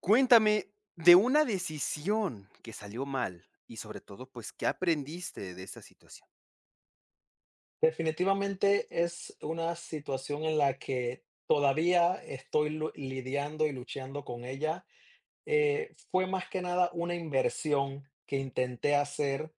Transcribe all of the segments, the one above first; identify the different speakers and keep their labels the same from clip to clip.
Speaker 1: Cuéntame de una decisión que salió mal y sobre todo, pues, ¿qué aprendiste de esta situación?
Speaker 2: Definitivamente es una situación en la que todavía estoy lidiando y luchando con ella. Fue más que nada una inversión que intenté hacer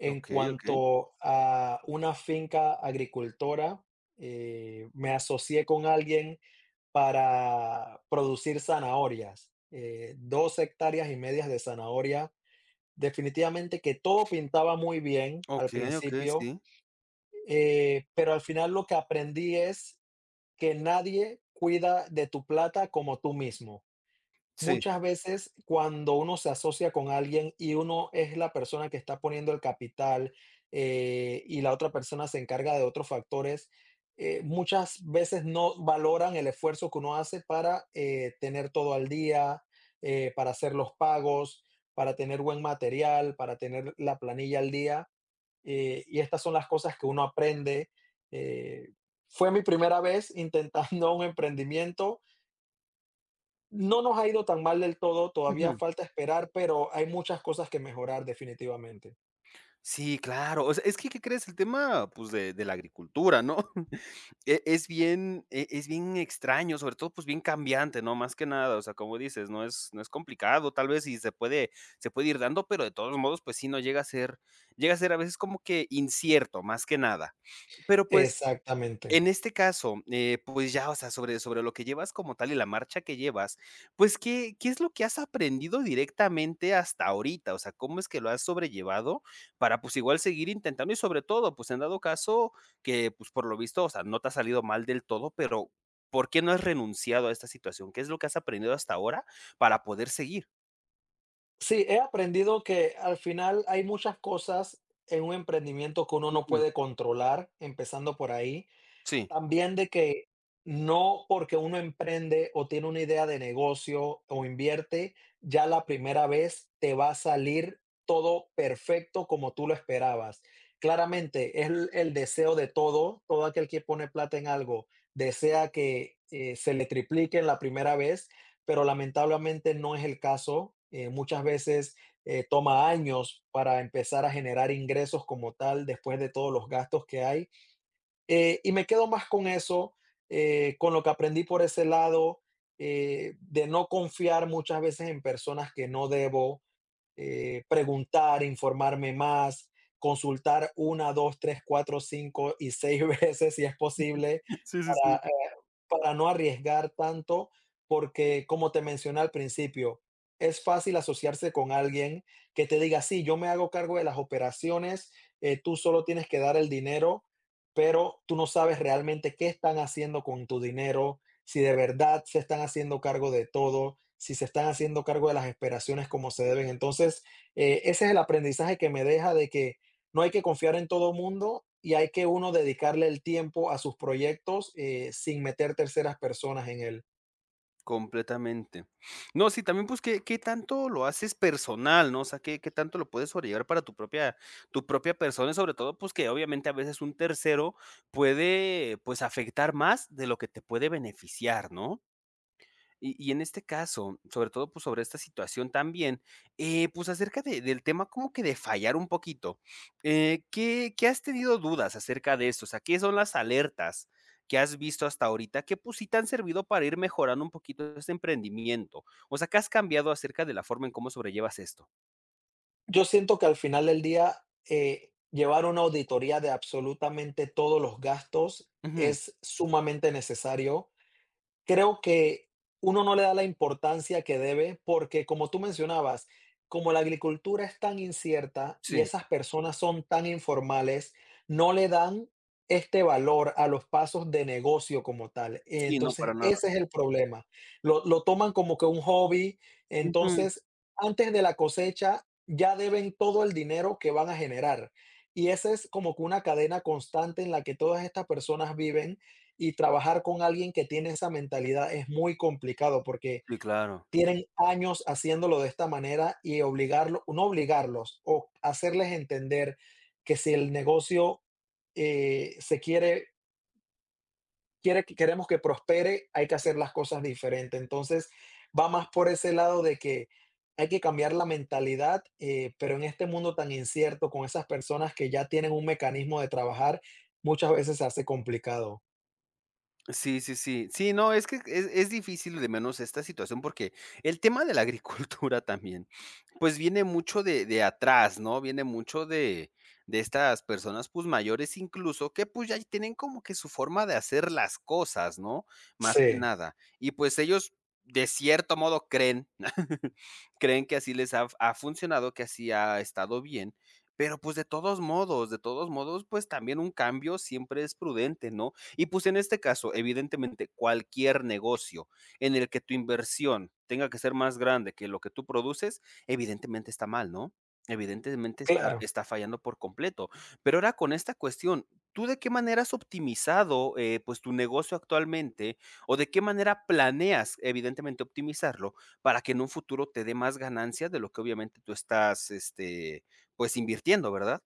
Speaker 2: en
Speaker 1: Okey, okey.
Speaker 2: cuanto a una finca agricultora. Me asocié con alguien para producir zanahorias, 2 hectáreas y medias de zanahoria. Definitivamente que todo pintaba muy bien al
Speaker 1: Okey, okey, sí.
Speaker 2: principio, pero al final lo que aprendí es que nadie cuida de tu plata como tú mismo.
Speaker 1: Sí.
Speaker 2: Muchas veces cuando uno se asocia con alguien y uno es la persona que está poniendo el capital, y la otra persona se encarga de otros factores, muchas veces no valoran el esfuerzo que uno hace para, tener todo al día, para hacer los pagos, para tener buen material, para tener la planilla al día, y estas son las cosas que uno aprende. Eh, fue mi primera vez intentando un emprendimiento. No nos ha ido tan mal del todo, todavía
Speaker 1: Ujú.
Speaker 2: falta esperar, pero hay muchas cosas que mejorar definitivamente.
Speaker 1: Sí, claro. O sea, es que, ¿qué crees? El tema, pues, de la agricultura, ¿no? Es bien extraño, sobre todo, pues, bien cambiante, ¿no? Más que nada, o sea, como dices, no es complicado, tal vez, y se puede ir dando, pero de todos modos, pues sí, no llega a ser a veces como que incierto, más que nada. Pero, pues,
Speaker 2: Exactamente.
Speaker 1: en este caso, pues ya, o sea, sobre lo que llevas como tal y la marcha que llevas, pues, ¿qué es lo que has aprendido directamente hasta ahorita? O sea, ¿cómo es que lo has sobrellevado para, pues, igual seguir intentando? Y sobre todo, pues, en dado caso que, pues, por lo visto, o sea, no te ha salido mal del todo, pero, ¿por qué no has renunciado a esta situación? ¿Qué es lo que has aprendido hasta ahora para poder seguir?
Speaker 2: Sí, he aprendido que al final hay muchas cosas en un emprendimiento que uno no
Speaker 1: Mm.
Speaker 2: puede controlar, empezando por ahí.
Speaker 1: Sí.
Speaker 2: También de que no porque uno emprende o tiene una idea de negocio o invierte, ya la primera vez te va a salir todo perfecto como tú lo esperabas. Claramente, es el deseo de todo, todo aquel que pone plata en algo, desea que, se le triplique en la primera vez, pero lamentablemente no es el caso. Muchas veces, toma años para empezar a generar ingresos como tal después de todos los gastos que hay. Y me quedo más con eso, con lo que aprendí por ese lado, de no confiar muchas veces en personas que no debo, preguntar, informarme más, consultar una, dos, tres, cuatro, cinco y seis veces si es posible,
Speaker 1: Sí, sí,
Speaker 2: para,
Speaker 1: sí.
Speaker 2: eh, para no arriesgar tanto, porque como te mencioné al principio, es fácil asociarse con alguien que te diga: "Sí, yo me hago cargo de las operaciones, tú solo tienes que dar el dinero", pero tú no sabes realmente qué están haciendo con tu dinero, si de verdad se están haciendo cargo de todo, si se están haciendo cargo de las esperaciones como se deben. Entonces, ese es el aprendizaje que me deja, de que no hay que confiar en todo mundo y hay que uno dedicarle el tiempo a sus proyectos, sin meter terceras personas en él.
Speaker 1: Completamente. No, sí, también, pues, ¿qué tanto lo haces personal, no? O sea, ¿qué tanto lo puedes sobrellevar para tu propia persona? Y sobre todo, pues, que obviamente a veces un tercero puede, pues, afectar más de lo que te puede beneficiar, ¿no? Y en este caso, sobre todo, pues, sobre esta situación también, pues, acerca de del tema como que de fallar un poquito, ¿qué has tenido dudas acerca de esto? O sea, ¿qué son las alertas que has visto hasta ahorita que, pues, sí te han servido para ir mejorando un poquito este emprendimiento? O sea, ¿qué has cambiado acerca de la forma en cómo sobrellevas esto?
Speaker 2: Yo siento que al final del día, llevar una auditoría de absolutamente todos los gastos
Speaker 1: Ujú.
Speaker 2: es sumamente necesario. Creo que uno no le da la importancia que debe, porque como tú mencionabas, como la agricultura es tan incierta y
Speaker 1: Sí,
Speaker 2: esas personas son tan informales, no le dan este valor a los pasos de negocio como tal.
Speaker 1: sí, no, para
Speaker 2: Entonces,
Speaker 1: nada.
Speaker 2: ese es el problema. Lo toman como que un hobby.
Speaker 1: Ujú.
Speaker 2: Entonces, antes de la cosecha, ya deben todo el dinero que van a generar. Y esa es como que una cadena constante en la que todas estas personas viven, y trabajar con alguien que tiene esa mentalidad es muy complicado, porque
Speaker 1: Sí, claro.
Speaker 2: tienen años haciéndolo de esta manera, y obligarlo, no obligarlos o hacerles entender que si el negocio, se quiere, quiere, que- queremos que prospere, hay que hacer las cosas diferente. Entonces, va más por ese lado, de que hay que cambiar la mentalidad, pero en este mundo tan incierto, con esas personas que ya tienen un mecanismo de trabajar, muchas veces se hace complicado.
Speaker 1: Sí, sí, sí. Sí, no, es que es difícil de menos esta situación, porque el tema de la agricultura también, pues, viene mucho de atrás, ¿no? Viene mucho de estas personas, pues, mayores incluso, que, pues, ya tienen como que su forma de hacer las cosas, ¿no? Más que
Speaker 2: Sí,
Speaker 1: nada. Y, pues, ellos, de cierto modo, creen creen que así les ha funcionado, que así ha estado bien, pero, pues, de todos modos, pues, también un cambio siempre es prudente, ¿no? Y pues en este caso, evidentemente, cualquier negocio en el que tu inversión tenga que ser más grande que lo que tú produces, evidentemente está mal, ¿no? Evidentemente está,
Speaker 2: claro.
Speaker 1: está fallando por completo. Pero ahora con esta cuestión, ¿tú de qué manera has optimizado, pues, tu negocio actualmente o de qué manera planeas, evidentemente, optimizarlo para que en un futuro te dé más ganancia de lo que obviamente tú estás, pues, invirtiendo, ¿verdad?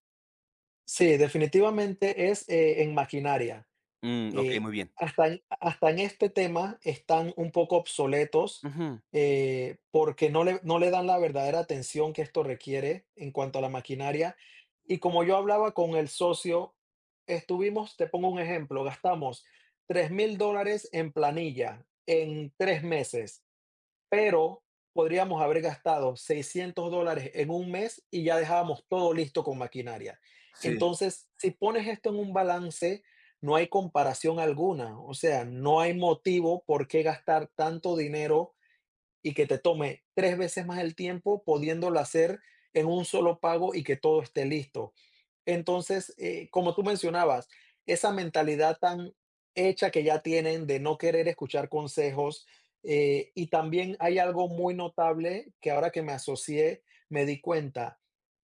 Speaker 2: Sí, definitivamente es, en maquinaria.
Speaker 1: Mm, ok,
Speaker 2: Eh,
Speaker 1: muy bien.
Speaker 2: hasta en este tema están un poco obsoletos,
Speaker 1: Ujú.
Speaker 2: porque no le dan la verdadera atención que esto requiere en cuanto a la maquinaria. Y como yo hablaba con el socio, estuvimos, te pongo un ejemplo, gastamos $3,000 en planilla en 3 meses, pero podríamos haber gastado $600 en un mes y ya dejábamos todo listo con maquinaria.
Speaker 1: Sí.
Speaker 2: Entonces, si pones esto en un balance, no hay comparación alguna, o sea, no hay motivo por qué gastar tanto dinero y que te tome 3 veces más el tiempo, pudiéndolo hacer en un solo pago y que todo esté listo. Entonces, como tú mencionabas, esa mentalidad tan hecha que ya tienen, de no querer escuchar consejos, y también hay algo muy notable que ahora que me asocié me di cuenta.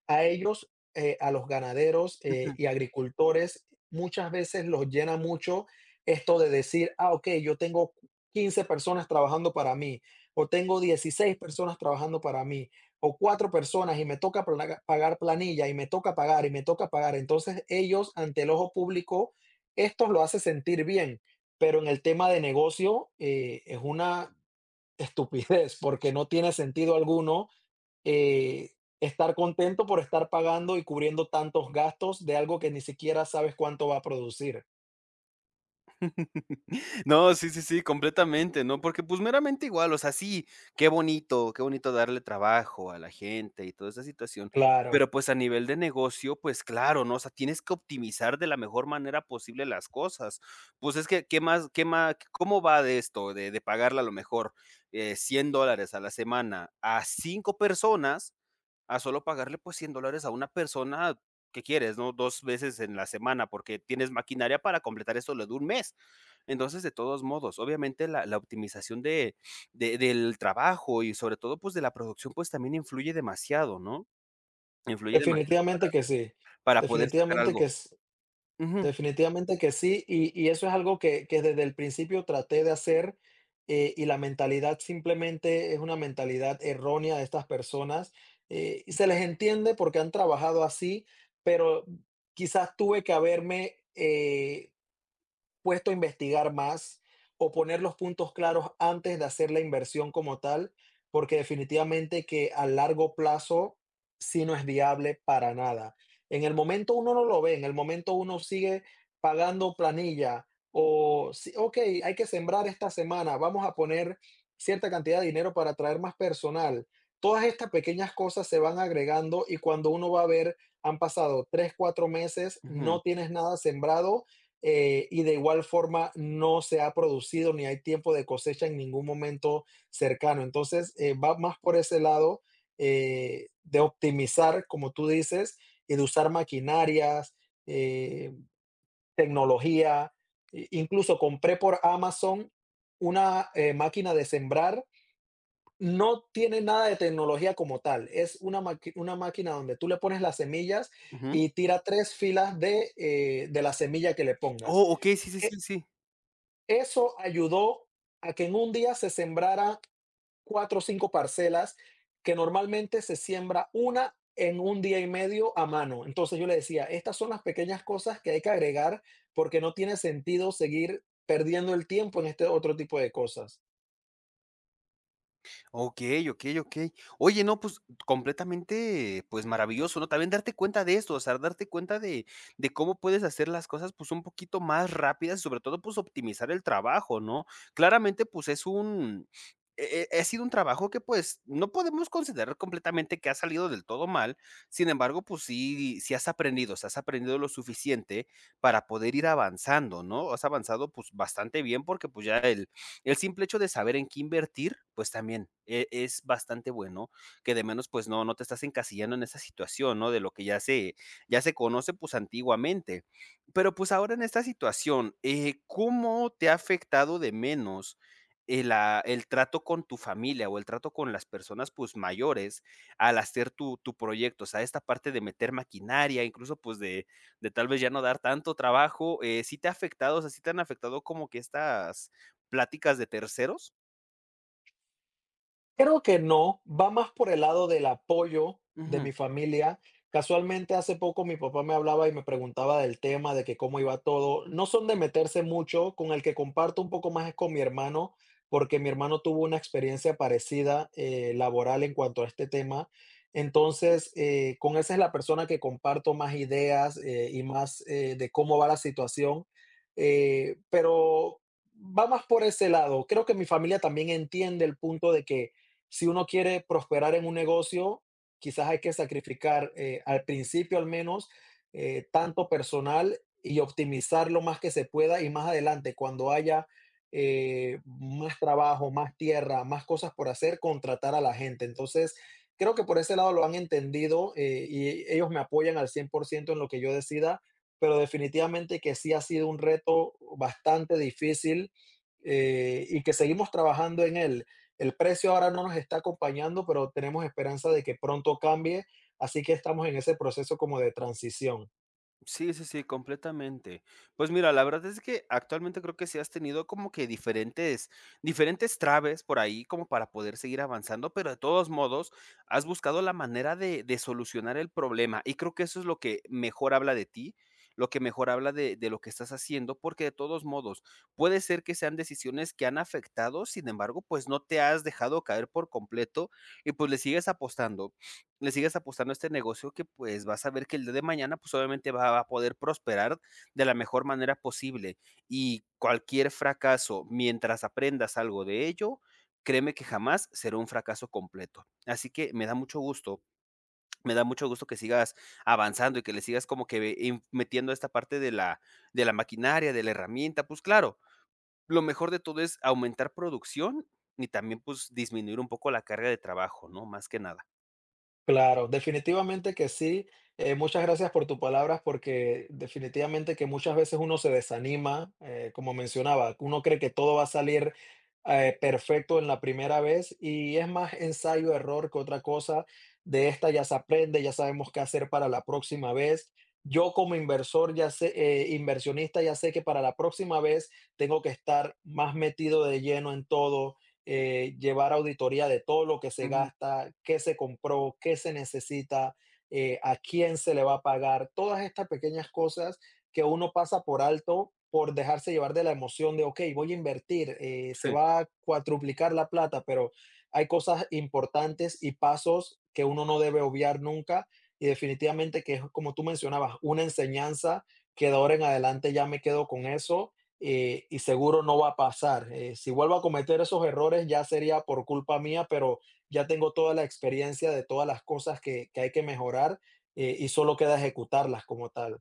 Speaker 2: A ellos, a los ganaderos, y agricultores, muchas veces los llena mucho esto de decir: "Ah, ok, yo tengo 15 personas trabajando para mí, o tengo 16 personas trabajando para mí, o 4 personas, y me toca plaga pagar planilla, y me toca pagar, y me toca pagar". Entonces, ellos, ante el ojo público, esto lo hace sentir bien, pero en el tema de negocio, es una estupidez, porque no tiene sentido alguno, eh, estar contento por estar pagando y cubriendo tantos gastos de algo que ni siquiera sabes cuánto va a producir.
Speaker 1: No, sí, sí, sí, completamente, ¿no? Porque, pues, meramente igual, o sea, sí, qué bonito darle trabajo a la gente y toda esa situación,
Speaker 2: Claro,
Speaker 1: pero, pues, a nivel de negocio, pues, claro, ¿no? O sea, tienes que optimizar de la mejor manera posible las cosas. Pues, es que, ¿qué más cómo va de esto? De pagarle a lo mejor, $100 a la semana a 5 personas a solo pagarle, pues, $100 a una persona que quieres, ¿no?, 2 veces en la semana, porque tienes maquinaria para completar eso lo de un mes. Entonces, de todos modos, obviamente, la optimización de del trabajo y sobre todo, pues, de la producción, pues, también influye demasiado, ¿no? Influye demasiado
Speaker 2: definitivamente que sí,
Speaker 1: para poder sacar
Speaker 2: definitivamente que
Speaker 1: algo.
Speaker 2: s
Speaker 1: Ujú,
Speaker 2: definitivamente que sí, y eso es algo que desde el principio traté de hacer, y la mentalidad simplemente es una mentalidad errónea de estas personas, y se les entiende porque han trabajado así, pero quizás tuve que haberme, puesto a investigar más, o poner los puntos claros antes de hacer la inversión como tal, porque definitivamente que a largo plazo sí no es viable para nada. En el momento uno no lo ve, en el momento uno sigue pagando planilla, o sí, ok, hay que sembrar esta semana, vamos a poner cierta cantidad de dinero para traer más personal. Todas estas pequeñas cosas se van agregando, y cuando uno va a ver, han pasado tres, cuatro meses,
Speaker 1: ujú,
Speaker 2: no tienes nada sembrado, y de igual forma no se ha producido ni hay tiempo de cosecha en ningún momento cercano. Entonces, va más por ese lado, de optimizar, como tú dices, y de usar maquinarias, eh, tecnología. I incluso compré por Amazon una, máquina de sembrar. No tiene nada de tecnología como tal. Es una máquina donde tú le pones las semillas
Speaker 1: ujú.
Speaker 2: y tira tres filas de la semilla que le pongas
Speaker 1: Oh, okey, sí, sí, sí,
Speaker 2: E,
Speaker 1: sí.
Speaker 2: eso ayudó a que en un día se sembrara 4 o 5 parcelas, que normalmente se siembra una en un día y medio a mano. Entonces, yo le decía: "Estas son las pequeñas cosas que hay que agregar, porque no tiene sentido seguir perdiendo el tiempo en este otro tipo de cosas".
Speaker 1: Okey, okey, okey. Oye, no, pues, completamente, pues, maravilloso, ¿no? También darte cuenta de esto, o sea, darte cuenta de cómo puedes hacer las cosas, pues, un poquito más rápidas y, sobre todo, pues, optimizar el trabajo, ¿no? Claramente, pues, es un ha sido un trabajo que, pues, no podemos considerar completamente que ha salido del todo mal. Sin embargo, pues, sí has aprendido, o sea, has aprendido lo suficiente para poder ir avanzando, ¿no? Has avanzado, pues, bastante bien porque, pues, ya el simple hecho de saber en qué invertir, pues también es bastante bueno, que de menos, pues, no, no te estás encasillando en esa situación, ¿no? De lo que ya se conoce pues antiguamente. Pero pues ahora en esta situación, ¿cómo te ha afectado de menos? El trato con tu familia o el trato con las personas pues mayores al hacer tu proyecto, o sea, esta parte de meter maquinaria, incluso pues de tal vez ya no dar tanto trabajo, ¿sí te ha afectado, o sea, sí te han afectado como que estas pláticas de terceros?
Speaker 2: Creo que no, va más por el lado del apoyo de
Speaker 1: Ujú.
Speaker 2: mi familia. Casualmente hace poco mi papá me hablaba y me preguntaba del tema, de que cómo iba todo. No son de meterse mucho; con el que comparto un poco más es con mi hermano, porque mi hermano tuvo una experiencia parecida, laboral en cuanto a este tema. Entonces, con esa es la persona que comparto más ideas, y más, de cómo va la situación. Pero va más por ese lado. Creo que mi familia también entiende el punto de que, si uno quiere prosperar en un negocio, quizás hay que sacrificar, al principio al menos, tanto personal, y optimizar lo más que se pueda, y más adelante cuando haya, más trabajo, más tierra, más cosas por hacer, contratar a la gente. Entonces, creo que por ese lado lo han entendido, y ellos me apoyan al 100% en lo que yo decida, pero definitivamente que sí ha sido un reto bastante difícil, y que seguimos trabajando en él. El precio ahora no nos está acompañando, pero tenemos esperanza de que pronto cambie, así que estamos en ese proceso como de transición.
Speaker 1: Sí, sí, sí, completamente. Pues mira, la verdad es que actualmente creo que sí has tenido como que diferentes traves por ahí como para poder seguir avanzando, pero de todos modos has buscado la manera de solucionar el problema, y creo que eso es lo que mejor habla de ti, lo que mejor habla de lo que estás haciendo, porque de todos modos puede ser que sean decisiones que han afectado, sin embargo, pues, no te has dejado caer por completo y, pues, le sigues apostando. Le sigas apostando a este negocio que, pues, vas a ver que el día de mañana, pues, obviamente va a poder prosperar de la mejor manera posible. Y cualquier fracaso, mientras aprendas algo de ello, créeme que jamás será un fracaso completo. Así que me da mucho gusto, me da mucho gusto que sigas avanzando y que le sigas como que in metiendo esta parte de la maquinaria, de la herramienta. Pues claro, lo mejor de todo es aumentar producción y también, pues, disminuir un poco la carga de trabajo, ¿no? Más que nada.
Speaker 2: Claro, definitivamente que sí. Muchas gracias por tus palabras, porque definitivamente que muchas veces uno se desanima. Como mencionaba, uno cree que todo va a salir, perfecto en la primera vez, y es más ensayo, error que otra cosa. De esta ya se aprende, ya sabemos qué hacer para la próxima vez. Yo como inversor, ya sé, inversionista, ya sé que para la próxima vez tengo que estar más metido de lleno en todo, llevar auditoría de todo lo que se
Speaker 1: Ujú,
Speaker 2: gasta, qué se compró, qué se necesita, a quién se le va a pagar, todas estas pequeñas cosas que uno pasa por alto por dejarse llevar de la emoción de, ok, voy a invertir, se
Speaker 1: sí.
Speaker 2: va a cuatruplicar la plata, pero hay cosas importantes y pasos que uno no debe obviar nunca, y definitivamente que es, como tú mencionabas, una enseñanza que de ahora en adelante ya me quedo con eso, y seguro no va a pasar. Si vuelvo a cometer esos errores, ya sería por culpa mía, pero ya tengo toda la experiencia de todas las cosas que hay que mejorar, y solo queda ejecutarlas como tal.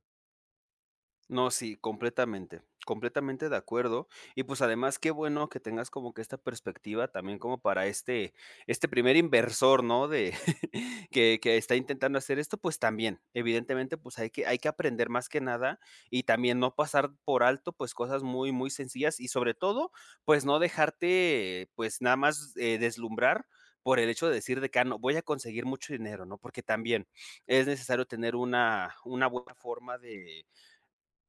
Speaker 1: No, sí, completamente, completamente de acuerdo. Y pues además, qué bueno que tengas como que esta perspectiva también como para este primer inversor, ¿no? De que está intentando hacer esto, pues también, evidentemente, pues hay que aprender más que nada y también no pasar por alto, pues, cosas muy, muy sencillas y sobre todo, pues, no dejarte, pues, nada más deslumbrar por el hecho de decir de que: "Ah, no, voy a conseguir mucho dinero, ¿no?". Porque también es necesario tener una buena forma de,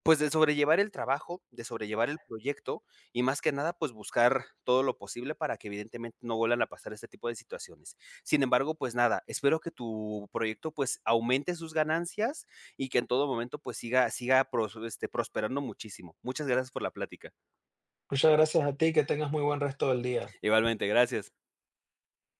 Speaker 1: pues, de sobrellevar el trabajo, de sobrellevar el proyecto y más que nada, pues, buscar todo lo posible para que evidentemente no vuelvan a pasar este tipo de situaciones. Sin embargo, pues, nada, espero que tu proyecto, pues, aumente sus ganancias y que en todo momento, pues, siga prosperando muchísimo. Muchas gracias por la plática.
Speaker 2: Muchas gracias a ti, que tengas muy buen resto del día.
Speaker 1: Igualmente, gracias.